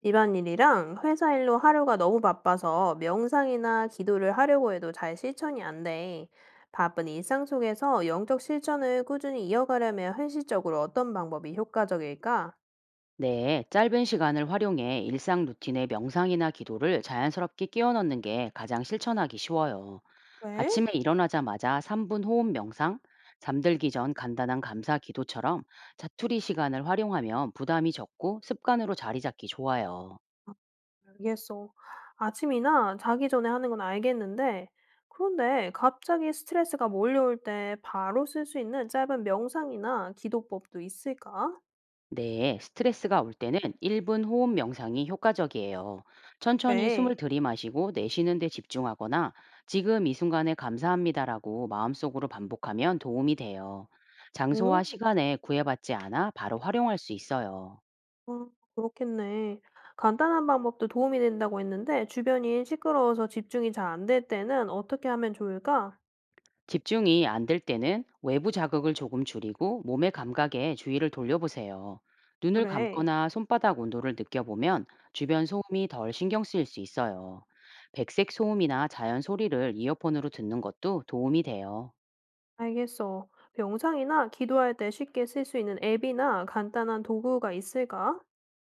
일반 일이랑 회사 일로 하루가 너무 바빠서 명상이나 기도를 하려고 해도 잘 실천이 안 돼. 바쁜 일상 속에서 영적 실천을 꾸준히 이어가려면 현실적으로 어떤 방법이 효과적일까? 네, 짧은 시간을 활용해 일상 루틴에 명상이나 기도를 자연스럽게 끼워 넣는 게 가장 실천하기 쉬워요. 왜? 아침에 일어나자마자 3분 호흡 명상, 잠들기 전 간단한 감사 기도처럼 자투리 시간을 활용하면 부담이 적고 습관으로 자리 잡기 좋아요. 알겠어. 아침이나 자기 전에 하는 건 알겠는데, 그런데 갑자기 스트레스가 몰려올 때 바로 쓸 수 있는 짧은 명상이나 기도법도 있을까? 네, 스트레스가 올 때는 1분 호흡 명상이 효과적이에요. 천천히 왜? 숨을 들이마시고 내쉬는 데 집중하거나 지금 이 순간에 감사합니다라고 마음속으로 반복하면 도움이 돼요. 장소와 응? 시간에 구애받지 않아 바로 활용할 수 있어요. 아, 그렇겠네. 간단한 방법도 도움이 된다고 했는데 주변이 시끄러워서 집중이 잘 안될 때는 어떻게 하면 좋을까? 집중이 안될 때는 외부 자극을 조금 줄이고 몸의 감각에 주의를 돌려보세요. 눈을 그래, 감거나 손바닥 온도를 느껴보면 주변 소음이 덜 신경 쓰일 수 있어요. 백색 소음이나 자연 소리를 이어폰으로 듣는 것도 도움이 돼요. 알겠어. 명상이나 기도할 때 쉽게 쓸 수 있는 앱이나 간단한 도구가 있을까?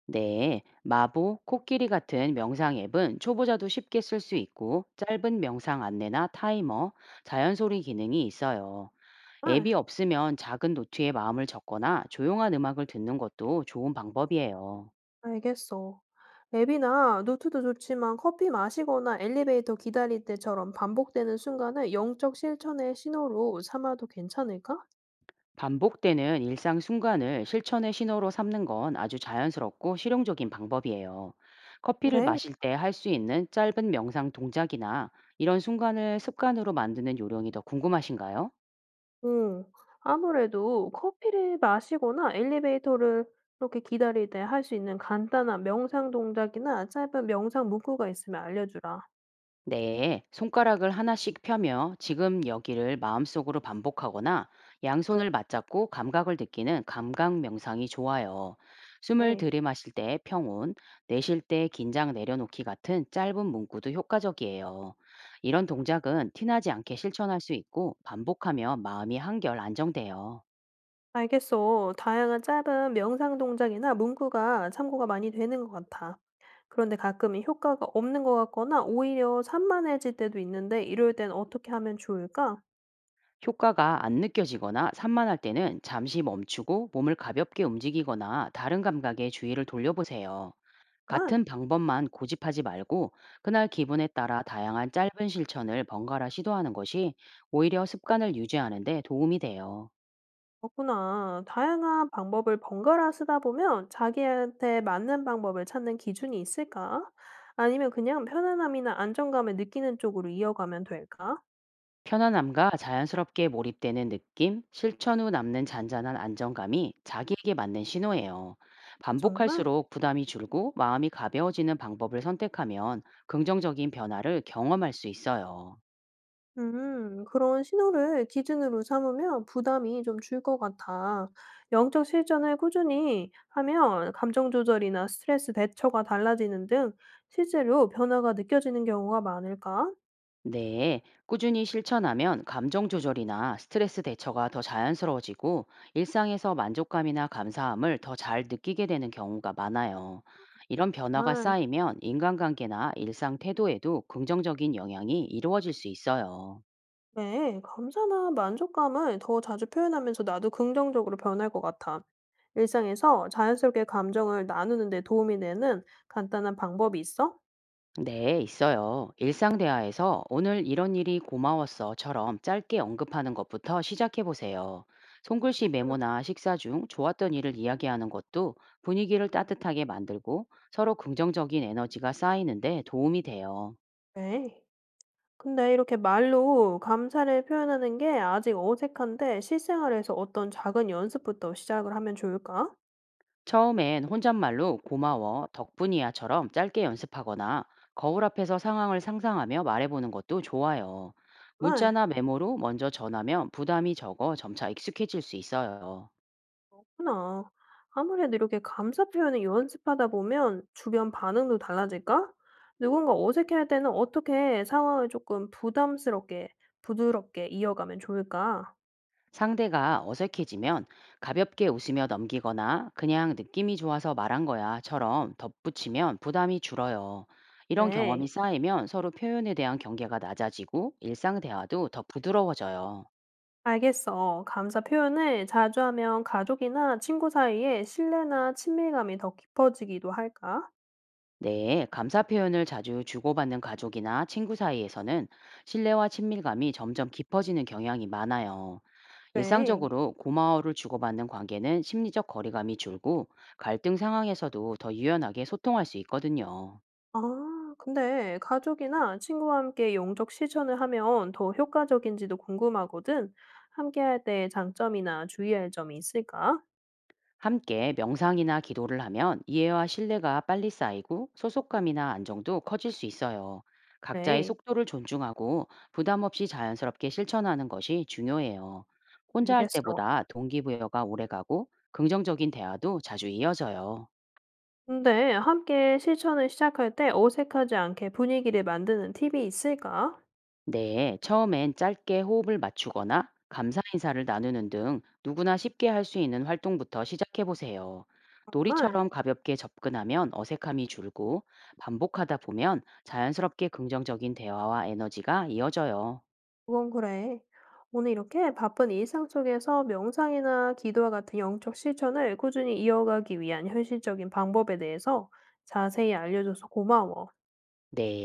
네, 마보, 코끼리 같은 명상 앱은 초보자도 쉽게 쓸 수 있고 짧은 명상 안내나 타이머, 자연 소리 기능이 있어요. 응, 앱이 없으면 작은 노트에 마음을 적거나 조용한 음악을 듣는 것도 좋은 방법이에요. 알겠어. 앱이나 노트도 좋지만 커피 마시거나 엘리베이터 기다릴 때처럼 반복되는 순간을 영적 실천의 신호로 삼아도 괜찮을까? 반복되는 일상 순간을 실천의 신호로 삼는 건 아주 자연스럽고 실용적인 방법이에요. 커피를 그래. 마실 때 할 수 있는 짧은 명상 동작이나 이런 순간을 습관으로 만드는 요령이 더 궁금하신가요? 음. 아무래도 커피를 마시거나 엘리베이터를 이렇게 기다릴 때 할 수 있는 간단한 명상 동작이나 짧은 명상 문구가 있으면 알려주라. 네, 손가락을 하나씩 펴며 지금 여기를 마음속으로 반복하거나 양손을 맞잡고 감각을 느끼는 감각 명상이 좋아요. 숨을 네. 들이마실 때 평온, 내쉴 때 긴장 내려놓기 같은 짧은 문구도 효과적이에요. 이런 동작은 티나지 않게 실천할 수 있고 반복하며 마음이 한결 안정돼요. 알겠어. 다양한 짧은 명상 동작이나 문구가 참고가 많이 되는 것 같아. 그런데 가끔은 효과가 없는 것 같거나 오히려 산만해질 때도 있는데 이럴 땐 어떻게 하면 좋을까? 효과가 안 느껴지거나 산만할 때는 잠시 멈추고 몸을 가볍게 움직이거나 다른 감각에 주의를 돌려보세요. 아, 같은 방법만 고집하지 말고 그날 기분에 따라 다양한 짧은 실천을 번갈아 시도하는 것이 오히려 습관을 유지하는 데 도움이 돼요. 그렇구나. 다양한 방법을 번갈아 쓰다 보면 자기한테 맞는 방법을 찾는 기준이 있을까? 아니면 그냥 편안함이나 안정감을 느끼는 쪽으로 이어가면 될까? 편안함과 자연스럽게 몰입되는 느낌, 실천 후 남는 잔잔한 안정감이 자기에게 맞는 신호예요. 정말? 반복할수록 부담이 줄고 마음이 가벼워지는 방법을 선택하면 긍정적인 변화를 경험할 수 있어요. 그런 신호를 기준으로 삼으면 부담이 좀 줄 것 같아. 영적 실천을 꾸준히 하면 감정 조절이나 스트레스 대처가 달라지는 등 실제로 변화가 느껴지는 경우가 많을까? 네, 꾸준히 실천하면 감정 조절이나 스트레스 대처가 더 자연스러워지고 일상에서 만족감이나 감사함을 더 잘 느끼게 되는 경우가 많아요. 이런 변화가 아. 쌓이면 인간관계나 일상 태도에도 긍정적인 영향이 이루어질 수 있어요. 네, 감사나 만족감을 더 자주 표현하면서 나도 긍정적으로 변할 것 같아. 일상에서 자연스럽게 감정을 나누는 데 도움이 되는 간단한 방법이 있어? 네, 있어요. 일상 대화에서 오늘 이런 일이 고마웠어처럼 짧게 언급하는 것부터 시작해 보세요. 손글씨 응. 메모나 식사 중 좋았던 일을 이야기하는 것도 분위기를 따뜻하게 만들고 서로 긍정적인 에너지가 쌓이는데 도움이 돼요. 네. 근데 이렇게 말로 감사를 표현하는 게 아직 어색한데 실생활에서 어떤 작은 연습부터 시작을 하면 좋을까? 처음엔 혼잣말로 고마워, 덕분이야처럼 짧게 연습하거나 거울 앞에서 상황을 상상하며 말해보는 것도 좋아요. 정말 문자나 메모로 먼저 전하면 부담이 적어 점차 익숙해질 수 있어요. 그렇구나. 아무래도 이렇게 감사 표현을 연습하다 보면 주변 반응도 달라질까? 누군가 어색해할 때는 어떻게 상황을 조금 부담스럽게, 부드럽게 이어가면 좋을까? 상대가 어색해지면 가볍게 웃으며 넘기거나 그냥 느낌이 좋아서 말한 거야처럼 덧붙이면 부담이 줄어요. 이런 네, 경험이 쌓이면 서로 표현에 대한 경계가 낮아지고 일상 대화도 더 부드러워져요. 알겠어. 감사 표현을 자주 하면 가족이나 친구 사이에 신뢰나 친밀감이 더 깊어지기도 할까? 네, 감사 표현을 자주 주고받는 가족이나 친구 사이에서는 신뢰와 친밀감이 점점 깊어지는 경향이 많아요. 네. 일상적으로 고마워를 주고받는 관계는 심리적 거리감이 줄고 갈등 상황에서도 더 유연하게 소통할 수 있거든요. 아, 근데 가족이나 친구와 함께 영적 실천을 하면 더 효과적인지도 궁금하거든. 함께 할 때의 장점이나 주의할 점이 있을까? 함께 명상이나 기도를 하면 이해와 신뢰가 빨리 쌓이고 소속감이나 안정도 커질 수 있어요. 각자의 그래, 속도를 존중하고 부담 없이 자연스럽게 실천하는 것이 중요해요. 혼자 할 알겠어. 때보다 동기부여가 오래가고 긍정적인 대화도 자주 이어져요. 근데 함께 실천을 시작할 때 어색하지 않게 분위기를 만드는 팁이 있을까? 네, 처음엔 짧게 호흡을 맞추거나 감사 인사를 나누는 등 누구나 쉽게 할 수 있는 활동부터 시작해 보세요. 정말? 놀이처럼 가볍게 접근하면 어색함이 줄고 반복하다 보면 자연스럽게 긍정적인 대화와 에너지가 이어져요. 그건 그래. 오늘 이렇게 바쁜 일상 속에서 명상이나 기도와 같은 영적 실천을 꾸준히 이어가기 위한 현실적인 방법에 대해서 자세히 알려줘서 고마워. 네.